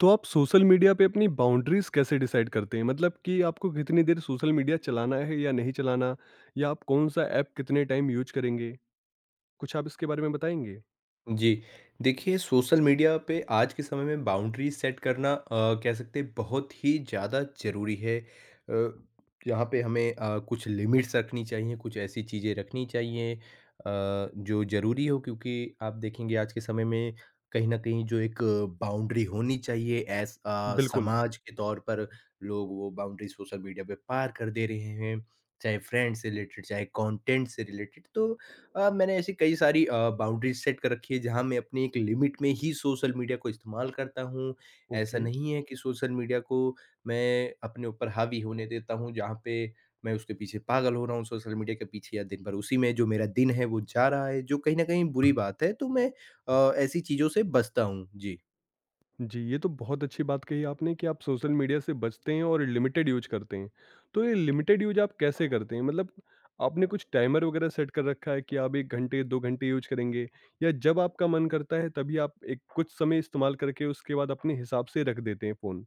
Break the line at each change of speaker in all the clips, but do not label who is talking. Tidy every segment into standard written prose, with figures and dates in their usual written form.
तो आप social media पे अपनी बाउंड्रीज कैसे डिसाइड करते हैं? मतलब कि आपको कितनी देर सोशल मीडिया चलाना है या नहीं चलाना, या आप कौन सा ऐप कितने टाइम यूज करेंगे? कुछ आप इसके बारे में बताएंगे?
जी। देखिए, सोशल मीडिया पे आज के समय में बाउंड्री सेट करना, कह सकते हैं बहुत ही ज़्यादा ज़रूरी है। अ, यहाँ पे हमें कुछ लिमिट्स रखनी चाहिए, कुछ ऐसी चीज़ें रखनी चाहिए जो ज़रूरी हो, क्योंकि आप देखेंगे आज के समय में कहीं न कहीं जो एक बाउंड्री होनी चाहिए एज़ अ,
बिल्कुल।
समाज के तौर पर, लोग वो बाउंड्री सोशल मीडिया पे पार कर दे रहे हैं, चाहे फ्रेंड से रिलेटेड, चाहे कंटेंट से रिलेटेड। तो मैंने ऐसी कई सारी बाउंड्रीज़ सेट कर रखी है, जहाँ मैं अपनी एक लिमिट में ही सोशल मीडिया को इस्तेमाल करता हूँ। ऐसा
ओके।
नहीं है कि सोशल मीडिया को मैं अपने ऊपर हावी होने देता हूँ, जहाँ पे मैं उसके पीछे पागल हो रहा हूँ, सोशल मीडिया के पीछे या दिन भर उसी में जो मेरा दिन है वो जा रहा है, जो कहीं न कहीं बुरी बात है। तो मैं ऐसी चीज़ों से बचता हूँ। जी।
जी, ये तो बहुत अच्छी बात कही आपने कि आप सोशल मीडिया से बचते हैं और लिमिटेड यूज करते हैं। तो ये लिमिटेड यूज आप कैसे करते हैं? मतलब आपने कुछ टाइमर वगैरह सेट कर रखा है कि आप एक घंटे दो घंटे यूज करेंगे, या जब आपका मन करता है तभी आप एक कुछ समय इस्तेमाल करके उसके बाद अपने हिसाब से रख देते हैं फोन?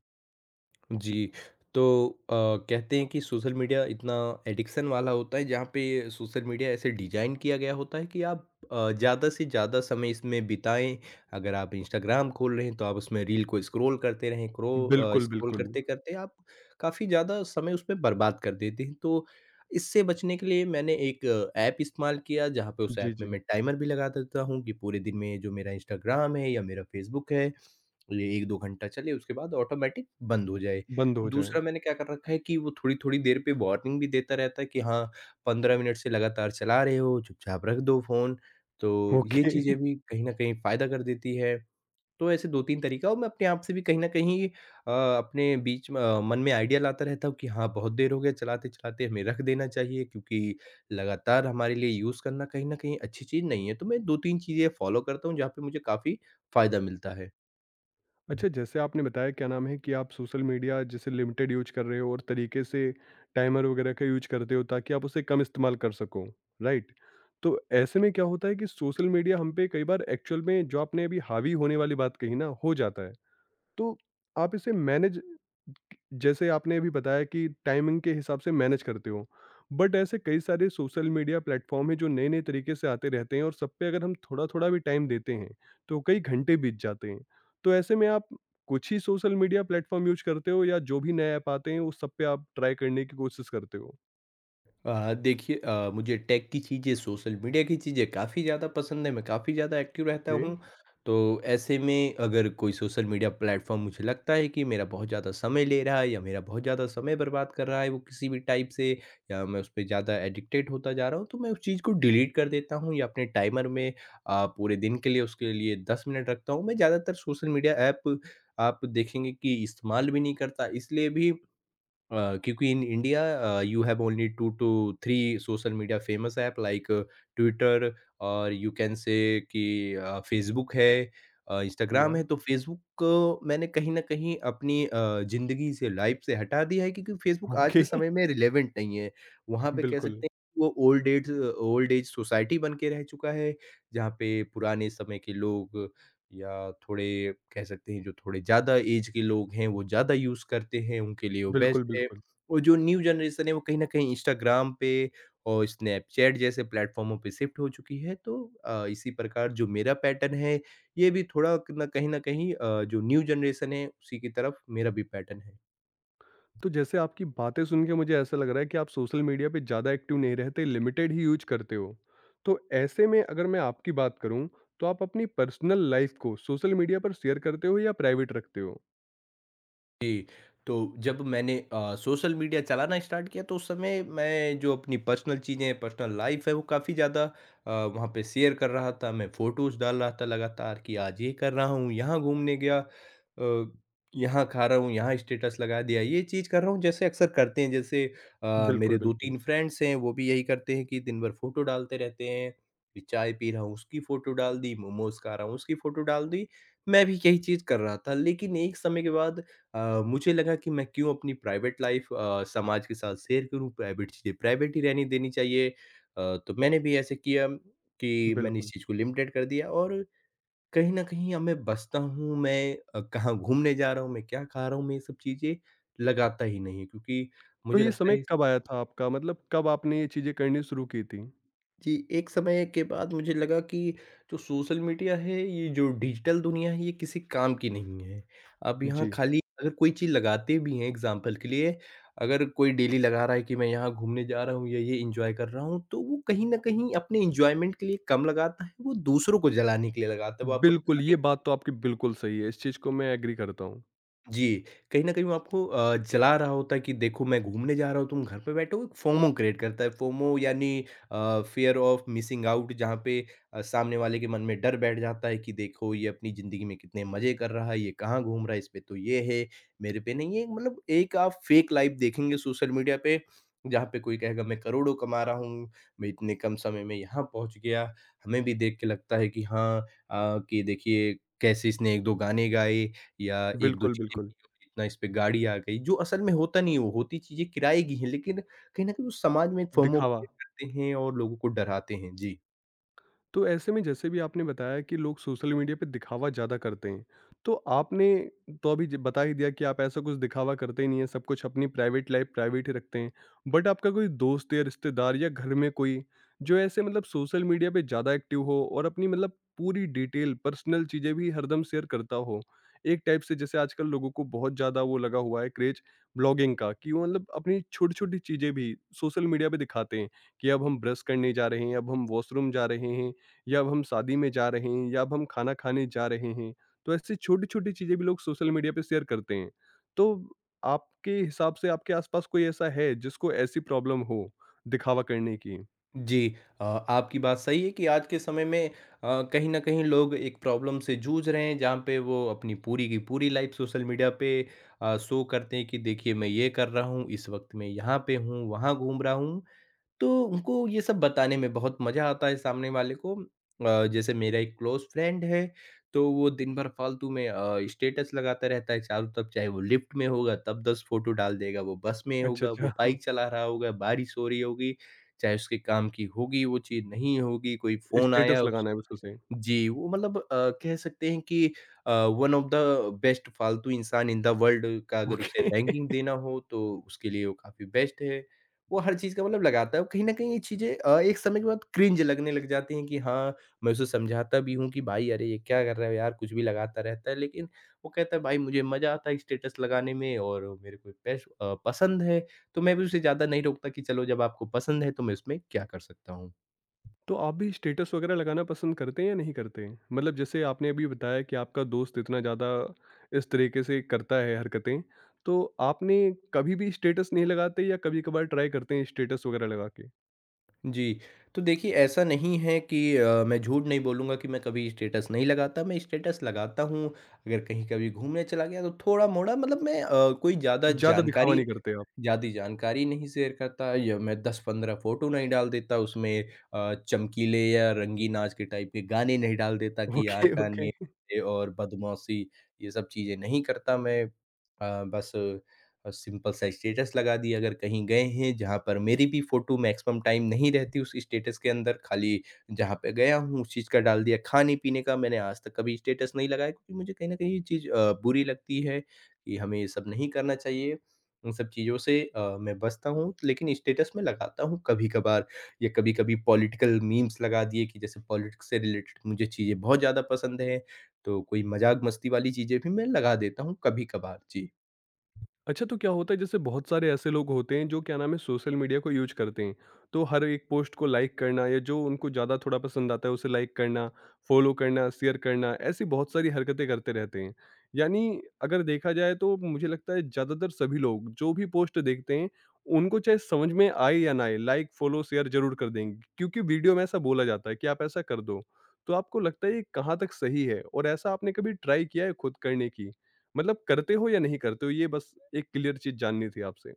जी। तो कहते हैं कि सोशल मीडिया इतना एडिक्शन वाला होता है, जहाँ पे सोशल मीडिया ऐसे डिज़ाइन किया गया होता है कि आप ज़्यादा से ज़्यादा समय इसमें बिताएँ। अगर आप इंस्टाग्राम खोल रहे हैं तो आप उसमें रील को स्क्रॉल करते रहें,
बिल्कुल,
स्क्रॉल
बिल्कुल।
करते-करते आप काफ़ी ज़्यादा समय उसमें बर्बाद कर देते हैं। तो इससे बचने के लिए मैंने एक ऐप इस्तेमाल किया, जहाँ पे उस ऐप
जी,
में
जी।
मैं टाइमर भी लगा देता हूँ कि पूरे दिन में जो मेरा इंस्टाग्राम है या मेरा फेसबुक है, ये 1-2 घंटा चले, उसके बाद ऑटोमैटिक बंद हो जाए।
बंद हो जाए।
दूसरा मैंने क्या कर रखा है कि वो थोड़ी-थोड़ी देर पे वार्निंग भी देता रहता है कि हाँ, 15 मिनट से लगातार चला रहे हो, चुपचाप रख दो फ़ोन। तो ये
ओके।
चीज़ें भी कहीं न कहीं फ़ायदा कर देती है। तो ऐसे 2-3 तरीका, और मैं अपने आप से भी कहीं न कहीं अपने बीच म अ, मन में आइडिया लाता रहता हूँ कि हाँ, बहुत देर हो गया चलाते-चलाते, हमें रख देना चाहिए, क्योंकि लगातार हमारे लिए यूज़ करना कहीं न कहीं अच्छी चीज़ नहीं है। तो मैं 2-3 चीज़ें फ़ॉलो करता हूँ, जहाँ पे मुझे काफ़ी फ़ायदा मिलता है।
अच्छा, जैसे आपने बताया क्या नाम है कि आप सोशल मीडिया जैसे लिमिटेड यूज़ कर रहे हो और तरीके से टाइमर वगैरह का यूज़ करते हो ताकि आप उसे कम इस्तेमाल कर सको, राइट? तो ऐसे में क्या होता है कि सोशल मीडिया हम पे कई बार एक्चुअल में जो आपने अभी हावी होने वाली बात कही ना, हो जाता है। तो आप इसे मैनेज, जैसे आपने अभी बताया कि टाइमिंग के हिसाब से मैनेज करते हो। बट ऐसे कई सारे सोशल मीडिया प्लेटफ़ॉर्म हैं जो नए-नए तरीके से आते रहते हैं और सब पे अगर हम थोड़ा-थोड़ा भी टाइम देते हैं, तो कई घंटे बीत जाते हैं। तो ऐसे में आप कुछ ही सोशल मीडिया प्लेटफ़ॉर्म यूज़ करते हो, या जो भी नया ऐप आते हैं, उस सब पे आप ट्राई करने की कोशिश करते हो?
देखिए, मुझे टेक की चीज़ें, सोशल मीडिया की चीज़ें काफ़ी ज़्यादा पसंद है, मैं काफ़ी ज़्यादा एक्टिव रहता
ये
हूँ। तो ऐसे में अगर कोई सोशल मीडिया प्लेटफ़ॉर्म मुझे लगता है कि मेरा बहुत ज़्यादा समय ले रहा है या मेरा बहुत ज़्यादा समय बर्बाद कर रहा है, वो किसी भी टाइप से, या मैं उस पे ज़्यादा एडिक्टेड होता जा रहा हूँ, तो मैं उस चीज़ को डिलीट कर देता हूँ, या अपने टाइमर में पूरे दिन के लिए उसके लिए 10 मिनट रखता हूँ। मैं ज़्यादातर सोशल मीडिया ऐप, आप देखेंगे कि इस्तेमाल भी नहीं करता, इसलिए भी क्योंकि in India you have only two to three social media famous app like Twitter, और यू कैन से कि फेसबुक है, इंस्टाग्राम
या
है। तो फेसबुक को मैंने कहीं ना कहीं अपनी जिंदगी से, लाइफ से हटा दिया है, क्योंकि फेसबुक आज के
ओके
समय में रिलेवेंट नहीं है। वहाँ पे कह
बिल्कुल,
सकते हैं कि वो ओल्ड एज सोसाइटी बन के रह चुका है, जहाँ पे पुराने समय के लोग, या थोड़े कह सकते हैं जो थोड़े ज़्यादा ऐज के लोग हैं, वो ज़्यादा यूज़ करते हैं, उनके लिए वो बेस्ट
बिल्कुल,
है।
बिल्कुल।
और जो न्यू जनरेशन है, वो कहीं न कहीं इंस्टाग्राम पे और स्नैपचैट जैसे प्लेटफ़ॉर्मों पे शिफ्ट हो चुकी है। तो इसी प्रकार जो मेरा पैटर्न है, ये भी थोड़ा क न कहीं न कहीं जो न्यू जनरेशन है, उसी की तरफ मेरा भी पैटर्न है।
तो जैसे आपकी बातें सुन के मुझे ऐसा लग रहा है कि आप सोशल मीडिया पे ज़्यादा एक्टिव नहीं रहते, लिमिटेड ही यूज़ करते हो। तो ऐसे में अगर मैं आपकी बात करूँ, तो आप अपनी पर्सनल लाइफ़ को सोशल मीडिया पर शेयर करते हो या प्राइवेट रखते हो?
जी। तो जब मैंने सोशल मीडिया चलाना स्टार्ट किया, तो उस समय मैं जो अपनी पर्सनल चीज़ें हैं, पर्सनल लाइफ है, वो काफ़ी ज़्यादा वहाँ पे शेयर कर रहा था। मैं फ़ोटोज़ डाल रहा था लगातार कि आज ये कर रहा हूँ, यहाँ घूमने गया, यहाँ खा रहा हूँ, यहाँ स्टेटस लगा दिया, ये चीज़ कर रहा हूँ, जैसे अक्सर करते हैं। जैसे मेरे
बिल्कुल, बिल्कुल,
2-3 फ्रेंड्स हैं, वो भी यही करते हैं कि दिन भर फ़ोटो डालते रहते हैं, कि चाय पी रहा हूँ उसकी फ़ोटो डाल दी, मोमोज़ खा रहा हूँ उसकी फ़ोटो डाल दी। मैं भी यही चीज़ कर रहा था, लेकिन एक समय के बाद मुझे लगा कि मैं क्यों अपनी प्राइवेट लाइफ समाज के साथ शेयर करूँ, प्राइवेट चीज़ें प्राइवेट ही रहने देनी चाहिए। तो मैंने भी ऐसे किया कि मैंने
बिल्कुल।
इस चीज़ को लिमिटेड कर दिया, और कहीं न कहीं अब मैं बचता हूँ। मैं कहाँ घूमने जा रहा हूँ, मैं क्या खा रहा हूँ, मैं ये सब चीज़ें लगाता ही नहीं, क्योंकि
तो
मुझे
ये
लगता
समय
है।
कब आया था आपका? मतलब कब आपने ये चीज़ें करनी शुरू की थी?
जी, एक समय के बाद मुझे लगा कि जो सोशल मीडिया है, ये जो डिजिटल दुनिया है, ये किसी काम की नहीं है। अब यहाँ
जी।
खाली अगर कोई चीज़ लगाते भी हैं, एग्ज़ाम्पल के लिए, अगर कोई डेली लगा रहा है कि मैं यहाँ घूमने जा रहा हूँ या ये एन्जॉय कर रहा हूँ, तो वो कहीं न कहीं अपने एन्जॉयमेंट के लिए कम लगाता है, वो दूसरों को जलाने के लिए लगाता है, वो आपको।
बिल्कुल, ये बात तो आपकी बिल्कुल सही है, इस चीज़ को मैं एग्री करता हूँ।
जी। कहीं न कहीं वो आपको जला रहा होता है कि देखो मैं घूमने जा रहा हूँ, तुम घर पे बैठे हो, एक फोमो क्रिएट करता है। फोमो यानी अ, फ़ियर ऑफ मिसिंग आउट, जहाँ पे सामने वाले के मन में डर बैठ जाता है कि देखो, ये अपनी ज़िंदगी में कितने मज़े कर रहा है, ये कहाँ घूम रहा है, इस पे तो ये है, मेरे पे नहीं है। मतलब एक आप फ़ेक लाइफ़ देखेंगे सोशल मीडिया पे, जहाँ पे कोई कहेगा मैं करोड़ों कमा रहा हूँ, मैं इतने कम समय में यहाँ पहुँच गया। हमें भी देख के लगता है कि हाँ, कि देखिए, कैसे इसने 1-2 गाने गाए या 1-2
बिल्कुल,
चीज़ें
बिल्कुल।
की, और इतना इस पे गाड़ी आ गई, जो असल में होता नहीं है, वो होती चीज़ें किराए की हैं, लेकिन कहीं न कहीं वो समाज में एक फ़ोमो
दिखावा।
क्रिएट करते हैं और लोगों को डराते हैं। जी।
तो ऐसे में जैसे भी आपने बताया कि लोग सोशल मीडिया पे दिखावा ज़्यादा करते हैं, तो आपने, तो अभी ज बता ही दिया कि आप ऐसा कुछ दिखावा करते ही नहीं हैं, सब कुछ अपनी प्राइवेट लाइफ़ प्राइवेट ही रखते हैं। बट आपका कोई दोस्त या रिश्तेदार या घर में कोई, जो ऐसे मतलब सोशल मीडिया पे ज़्यादा एक्टिव हो और अपनी मतलब पूरी डिटेल, पर्सनल चीज़ें भी हरदम शेयर करता हो। एक टाइप से जैसे आजकल लोगों को बहुत ज़्यादा वो लगा हुआ है क्रेज़ ब्लॉगिंग का कि वो मतलब अपनी छोटी-छोटी चीज़ें भी सोशल मीडिया पे दिखाते हैं, कि अब हम ब्रश करने जा रहे हैं, अब हम वॉशरूम जा रहे हैं। या अब हम शादी में जा रहे हैं या अब हम खाना खाने जा रहे हैं, तो ऐसी छोटी-छोटी चीज़ें भी लोग सोशल मीडिया पे शेयर करते हैं। तो आपके हिसाब से आपके आस-पास कोई ऐसा है जिसको ऐसी प्रॉब्लम हो दिखावा करने की?
जी। आपकी बात सही है कि आज के समय में कहीं न कहीं लोग एक प्रॉब्लम से जूझ रहे हैं, जहाँ पे वो अपनी पूरी की पूरी लाइफ़ सोशल मीडिया पे शो करते हैं कि देखिए मैं ये कर रहा हूँ, इस वक़्त मैं यहाँ पे हूँ, वहाँ घूम रहा हूँ। तो उनको ये सब बताने में बहुत मज़ा आता है सामने वाले को। जैसे मेरा एक क्लोज़ फ्रेंड है, तो वो दिन भर फ़ालतू में स्टेटस लगाता रहता है चारों तरफ, चाहे वो लिफ्ट में होगा तब 10 फ़ोटो डाल देगा, वो बस में
अच्छा,
होगा, वो
अच्छा।
बाइक चला रहा होगा, बारिश हो रही होगी, चाहे उसके काम की होगी वो चीज़, नहीं होगी, कोई फ़ोन आया।
स्टेटस लगाना है बस उसे।
जी। वो मतलब, कह सकते हैं कि वन ऑफ द बेस्ट फालतू इंसान इन द वर्ल्ड का अगर उसे
ओके।
रैंकिंग देना हो, तो उसके लिए वो काफ़ी बेस्ट है। वो हर चीज़ का मतलब लगाता है, और कहीं न कहीं ये चीज़ें एक समय के बाद क्रिंज लगने लग जाती हैं कि हाँ, मैं उसे समझाता भी हूँ कि भाई अरे, ये क्या कर रहे हो यार? कुछ भी लगाता रहता है। लेकिन वो कहता है, भाई मुझे मज़ा आता है स्टेटस लगाने में, और मेरे को पसंद है, तो मैं भी उसे ज़्यादा नहीं रोकता कि चलो जब आपको पसंद है, तो मैं उसमें क्या कर सकता हूँ।
तो आप भी स्टेटस वगैरह लगाना पसंद करते हैं या नहीं करते? मतलब जैसे आपने अभी बताया कि आपका दोस्त इतना ज़्यादा इस तरीके से करता है हरकतें, तो आपने कभी भी स्टेटस नहीं लगाते या कभी-कभार ट्राई करते हैं स्टेटस वगैरह लगा के?
जी। तो देखिए, ऐसा नहीं है कि मैं झूठ नहीं बोलूँगा कि मैं कभी स्टेटस नहीं लगाता, मैं स्टेटस लगाता हूँ। अगर कहीं कभी घूमने चला गया तो थोड़ा-मोड़ा, मतलब मैं कोई
ज़्यादा दिखावा नहीं करते आप।
ज़्यादा जानकारी नहीं शेयर करता, या मैं 10-15 फ़ोटो नहीं डाल देता उसमें, चमकीले या रंगीन आज के टाइप के गाने नहीं डाल देता, कि यार
ओके,
का ने
ओके।
और बदमाशी, ये सब चीज़ें नहीं करता मैं। बस और सिंपल सा स्टेटस लगा दिया, अगर कहीं गए हैं, जहाँ पर मेरी भी फ़ोटो मैक्सिमम टाइम नहीं रहती उस स्टेटस के अंदर, खाली जहाँ पे गया हूँ उस चीज़ का डाल दिया। खाने-पीने का मैंने आज तक कभी स्टेटस नहीं लगाया, क्योंकि मुझे कहीं न कहीं ये चीज़ बुरी लगती है कि हमें ये सब नहीं करना चाहिए। इन सब चीज़ों से मैं बचता हूँ, लेकिन स्टेटस मैं लगाता हूँ कभी-कभार, या कभी-कभी पॉलिटिकल मीम्स लगा दिए कि जैसे पॉलिटिक्स से रिलेटेड मुझे चीज़ें बहुत ज़्यादा पसंद हैं, तो कोई मज़ाक-मस्ती वाली चीज़ें भी मैं लगा देता हूँ कभी-कभार। जी।
अच्छा, तो क्या होता है जैसे बहुत सारे ऐसे लोग होते हैं जो क्या नाम है सोशल मीडिया को यूज करते हैं, तो हर एक पोस्ट को लाइक करना या जो उनको ज़्यादा थोड़ा पसंद आता है उसे लाइक करना, फॉलो करना, शेयर करना, ऐसी बहुत सारी हरकतें करते रहते हैं। यानी अगर देखा जाए तो मुझे लगता है ज़्यादातर सभी लोग जो भी पोस्ट देखते हैं, उनको चाहे समझ में आए या ना आए, लाइक फॉलो शेयर जरूर कर देंगे क्योंकि वीडियो में ऐसा बोला जाता है कि आप ऐसा कर दो। तो आपको लगता है ये कहाँ तक सही है, और ऐसा आपने कभी ट्राई किया है खुद करने की? मतलब करते हो या नहीं करते हो? ये बस एक क्लियर चीज़ जाननी थी आपसे।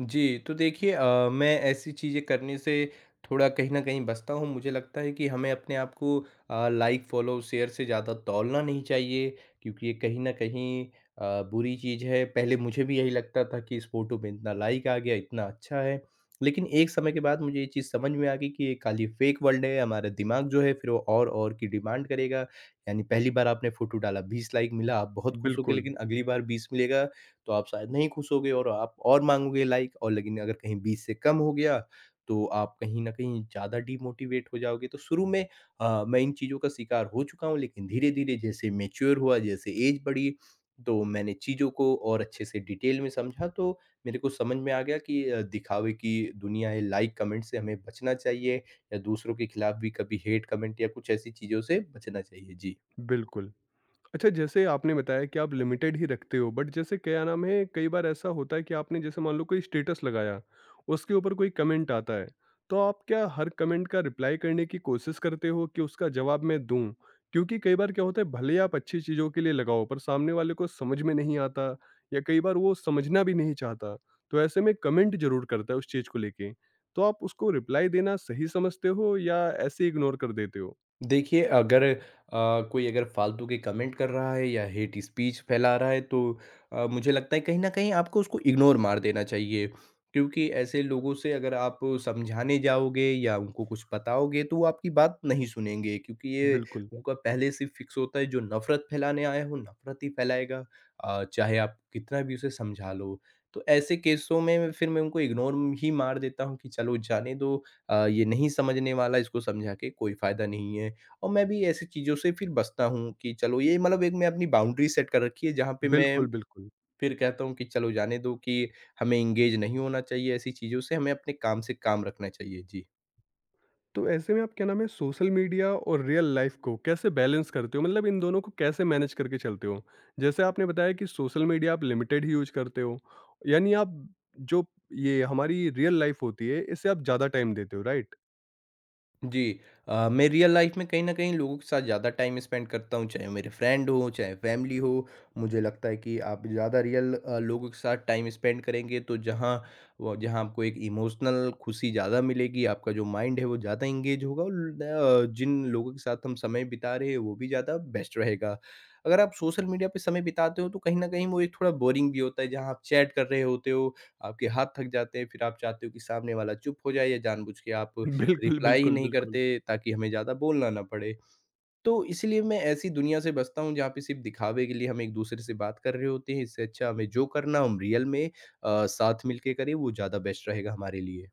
जी। तो देखिए, मैं ऐसी चीज़ें करने से थोड़ा कहीं न कहीं बचता हूँ। मुझे लगता है कि हमें अपने आप को लाइक, फॉलो, शेयर से ज़्यादा तौलना नहीं चाहिए, क्योंकि ये कहीं न कहीं बुरी चीज़ है। पहले मुझे भी यही लगता था कि इस फ़ोटो में इतना लाइक आ गया, इतना अच्छा है। लेकिन एक समय के बाद मुझे ये चीज़ समझ में आ गई कि ये खाली फ़ेक वर्ल्ड है, हमारा दिमाग जो है फिर वो और-और की डिमांड करेगा। यानी पहली बार आपने फ़ोटो डाला 20 लाइक मिला, आप बहुत खुश हो गए
बिल्कुल,
लेकिन अगली बार 20 मिलेगा तो आप शायद नहीं खुश होगे और आप और माँगोगे लाइक और लेकिन अगर कहीं बीच से कम हो गया, तो आप कहीं न कहीं ज़्यादा डिमोटिवेट हो जाओगे। तो शुरू में मैं इन चीज़ों का शिकार हो चुका हूँ, लेकिन धीरे-धीरे जैसे मैच्योर हुआ, जैसे एज बढ़ी, तो मैंने चीज़ों को और अच्छे से डिटेल में समझा, तो मेरे को समझ में आ गया कि दिखावे की दुनिया है, लाइक कमेंट से हमें बचना चाहिए या दूसरों के खिलाफ भी कभी हेट कमेंट या कुछ ऐसी चीज़ों से बचना चाहिए। जी।
बिल्कुल। अच्छा, जैसे आपने बताया कि आप लिमिटेड ही रखते हो, बट जैसे क्या नाम है, कई बार ऐसा होता है कि आपने जैसे मान लो कोई स्टेटस लगाया, उसके ऊपर कोई कमेंट आता है, तो आप क्या हर कमेंट का रिप्लाई करने की कोशिश करते हो कि उसका जवाब मैं दूँ? क्योंकि कई बार क्या होता है, भले ही आप अच्छी चीज़ों के लिए लगाओ, पर सामने वाले को समझ में नहीं आता, या कई बार वो समझना भी नहीं चाहता, तो ऐसे में कमेंट ज़रूर करता है उस चीज़ को लेके। तो आप उसको रिप्लाई देना सही समझते हो या ऐसे ही इग्नोर कर देते हो?
देखिए, अगर अ, कोई अगर फ़ालतू के कमेंट कर रहा है या हेट स्पीच फैला रहा है तो मुझे लगता है कहीं न कहीं आपको उसको इग्नोर मार देना चाहिए। क्योंकि ऐसे लोगों से अगर आप समझाने जाओगे या उनको कुछ बताओगे तो वो आपकी बात नहीं सुनेंगे क्योंकि ये
बिल्कुल।
उनका पहले से फ़िक्स होता है, जो नफ़रत फैलाने आया है वो नफ़रत ही फैलाएगा, चाहे आप कितना भी उसे समझा लो। तो ऐसे केसों में फिर मैं उनको इग्नोर ही मार देता हूँ कि चलो जाने दो, ये नहीं समझने वाला, इसको समझा के कोई फ़ायदा नहीं है। और मैं भी ऐसी चीज़ों से फिर बचता हूँ कि चलो ये मतलब एक मैं अपनी बाउंड्री सेट कर रखी है, जहाँ पे मैं
बिल्कुल, बिल्कुल।
फिर कहता हूँ कि चलो जाने दो कि हमें एंगेज नहीं होना चाहिए ऐसी चीज़ों से, हमें अपने काम से काम रखना चाहिए। जी।
तो ऐसे में आप क्या नाम है सोशल मीडिया और रियल लाइफ को कैसे बैलेंस करते हो? मतलब इन दोनों को कैसे मैनेज करके चलते हो, जैसे आपने बताया कि सोशल मीडिया आप लिमिटेड ही यूज करते हो, यानी आप जो ये हमारी रियल लाइफ होती है इसे आप ज़्यादा टाइम देते हो, राइट?
जी। मैं रियल लाइफ़ में कहीं न कहीं लोगों के साथ ज़्यादा टाइम स्पेंड करता हूँ, चाहे वो मेरे फ्रेंड हों, चाहे फैमिली हो। मुझे लगता है कि आप ज़्यादा रियल लोगों के साथ टाइम स्पेंड करेंगे तो जहाँ वो, जहाँ आपको एक इमोशनल खुशी ज़्यादा मिलेगी, आपका जो माइंड है वो ज़्यादा एंगेज होगा और जिन लोगों के साथ हम समय बिता रहे हैं वो भी ज़्यादा बेस्ट रहेगा। अगर आप सोशल मीडिया पे समय बिताते हो तो कहीं न कहीं वो एक थोड़ा बोरिंग भी होता है, जहाँ आप चैट कर रहे होते हो, आपके हाथ थक जाते हैं, फिर आप चाहते हो कि सामने वाला चुप हो जाए या जानबूझ के आप
बिल्कुल,
रिप्लाई ही
बिल्कुल,
नहीं
बिल्कुल।
करते ताकि हमें ज़्यादा बोलना ना पड़े। तो इसलिए मैं ऐसी दुनिया से बचता हूँ जहाँ पे सिर्फ़ दिखावे के लिए हम एक-दूसरे से बात कर रहे होते हैं। इससे अच्छा हमें जो करना, हम रियल में साथ मिल के करें वो ज़्यादा बेस्ट रहेगा हमारे लिए।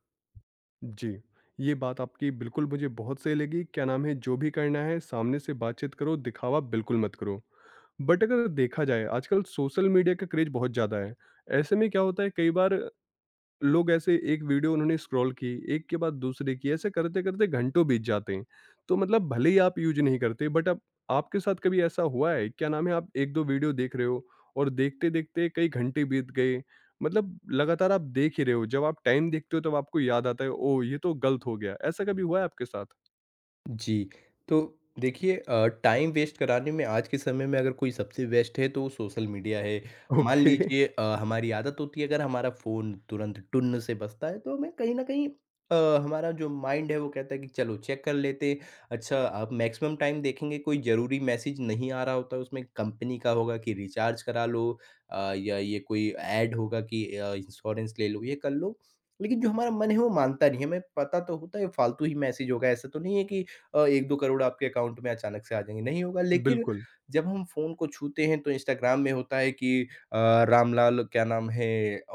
जी, ये बात आपकी बिल्कुल मुझे बहुत सही लगी। क्या नाम है, जो भी करना है सामने से बातचीत करो, दिखावा बिल्कुल मत करो। बट अगर देखा जाए आजकल सोशल मीडिया का क्रेज बहुत ज़्यादा है। ऐसे में क्या होता है कई बार लोग ऐसे एक वीडियो उन्होंने स्क्रॉल की, एक के बाद दूसरे की, ऐसे करते-करते घंटों बीत जाते हैं। तो मतलब भले ही आप यूज़ नहीं करते, बट अब आपके साथ कभी ऐसा हुआ है, क्या नाम है, आप 1-2 वीडियो देख रहे हो और देखते-देखते कई घंटे बीत गए, मतलब लगातार आप देख ही रहे हो, जब आप टाइम देखते हो तब आपको याद आता है, ओह! ये तो गलत हो गया, ऐसा कभी हुआ है आपके साथ?
जी, तो देखिए, टाइम वेस्ट कराने में आज के समय में अगर कोई सबसे बेस्ट है तो वो सोशल मीडिया है। मान
ओके।
लीजिए, हमारी आदत होती है, अगर हमारा फ़ोन तुरंत टुन्न से बजता है तो हमें कहीं न कहीं हमारा जो माइंड है वो कहता है कि चलो चेक कर लेते हैं। अच्छा, आप मैक्सिमम टाइम देखेंगे कोई ज़रूरी मैसेज नहीं आ रहा होता है, उसमें कंपनी का होगा कि रिचार्ज करा लो, या ये कोई ऐड होगा कि इंश्योरेंस ले लो, ये कर लो। लेकिन जो हमारा मन है वो मानता नहीं है, हमें पता तो होता है फालतू ही मैसेज होगा, ऐसा तो नहीं है कि 1-2 करोड़ आपके अकाउंट में अचानक से आ जाएँगे, नहीं होगा। लेकिन
बिल्कुल,
जब हम फ़ोन को छूते हैं तो इंस्टाग्राम में होता है कि अ, रामलाल क्या नाम है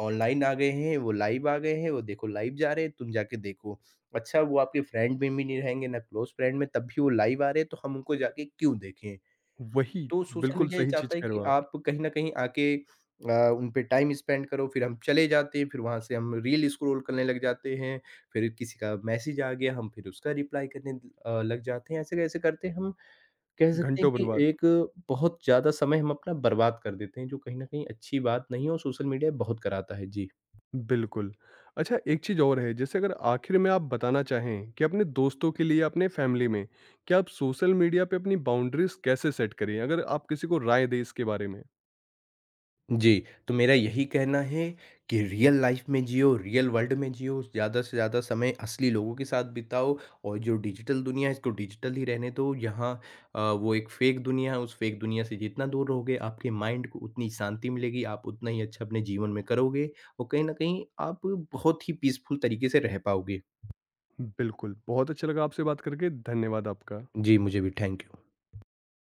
ऑनलाइन आ गए हैं, वो लाइव आ गए हैं, वो देखो लाइव जा रहे हैं, तुम जाके देखो। अच्छा, वो आपके फ्रेंड में भी नहीं रहेंगे, ना क्लोज़ फ्रेंड में, तब भी वो लाइव आ रहे हैं तो हम उनको जाके क्यों देखें?
वही,
तो सोशल
बिल्कुल
मीडिया ये
सही
चाहता
चीज़
है
कह रहे
कि
हो आप,
आप कहीं न कहीं आके उन पे टाइम स्पेंड करो, फिर हम चले जाते हैं, फिर वहाँ से हम रील स्क्रॉल करने लग जाते हैं, फिर किसी का मैसेज आ गया, हम फिर उसका रिप्लाई करने लग जाते हैं। ऐसे कैसे करते हैं हम, कह सकते हैं
घंटों
कि
बर्बाद।
एक बहुत ज़्यादा समय हम अपना बर्बाद कर देते हैं, जो कहीं न कहीं अच्छी बात नहीं है और सोशल मीडिया बहुत कराता है। जी।
बिल्कुल। अच्छा, एक चीज़ और है, जैसे अगर आखिर में आप बताना चाहें कि अपने दोस्तों के लिए, अपने फैमिली में, क्या आप सोशल मीडिया पे अपनी बाउंड्रीज़ कैसे सेट करें? अगर आप किसी को राय दें इसके बारे में।
जी, तो मेरा यही कहना है कि रियल लाइफ़ में जियो, रियल वर्ल्ड में जियो, ज़्यादा से ज़्यादा समय असली लोगों के साथ बिताओ और जो डिजिटल दुनिया है, इसको डिजिटल ही रहने दो। यहाँ वो एक फ़ेक दुनिया है, उस फ़ेक दुनिया से जितना दूर रहोगे, आपके माइंड को उतनी शांति मिलेगी, आप उतना ही अच्छा अपने जीवन में करोगे और कहीं न कहीं आप बहुत ही पीसफुल तरीके से रह पाओगे।
बिल्कुल, बहुत अच्छा लगा आपसे बात करके, धन्यवाद आपका।
जी, मुझे भी थैंक यू।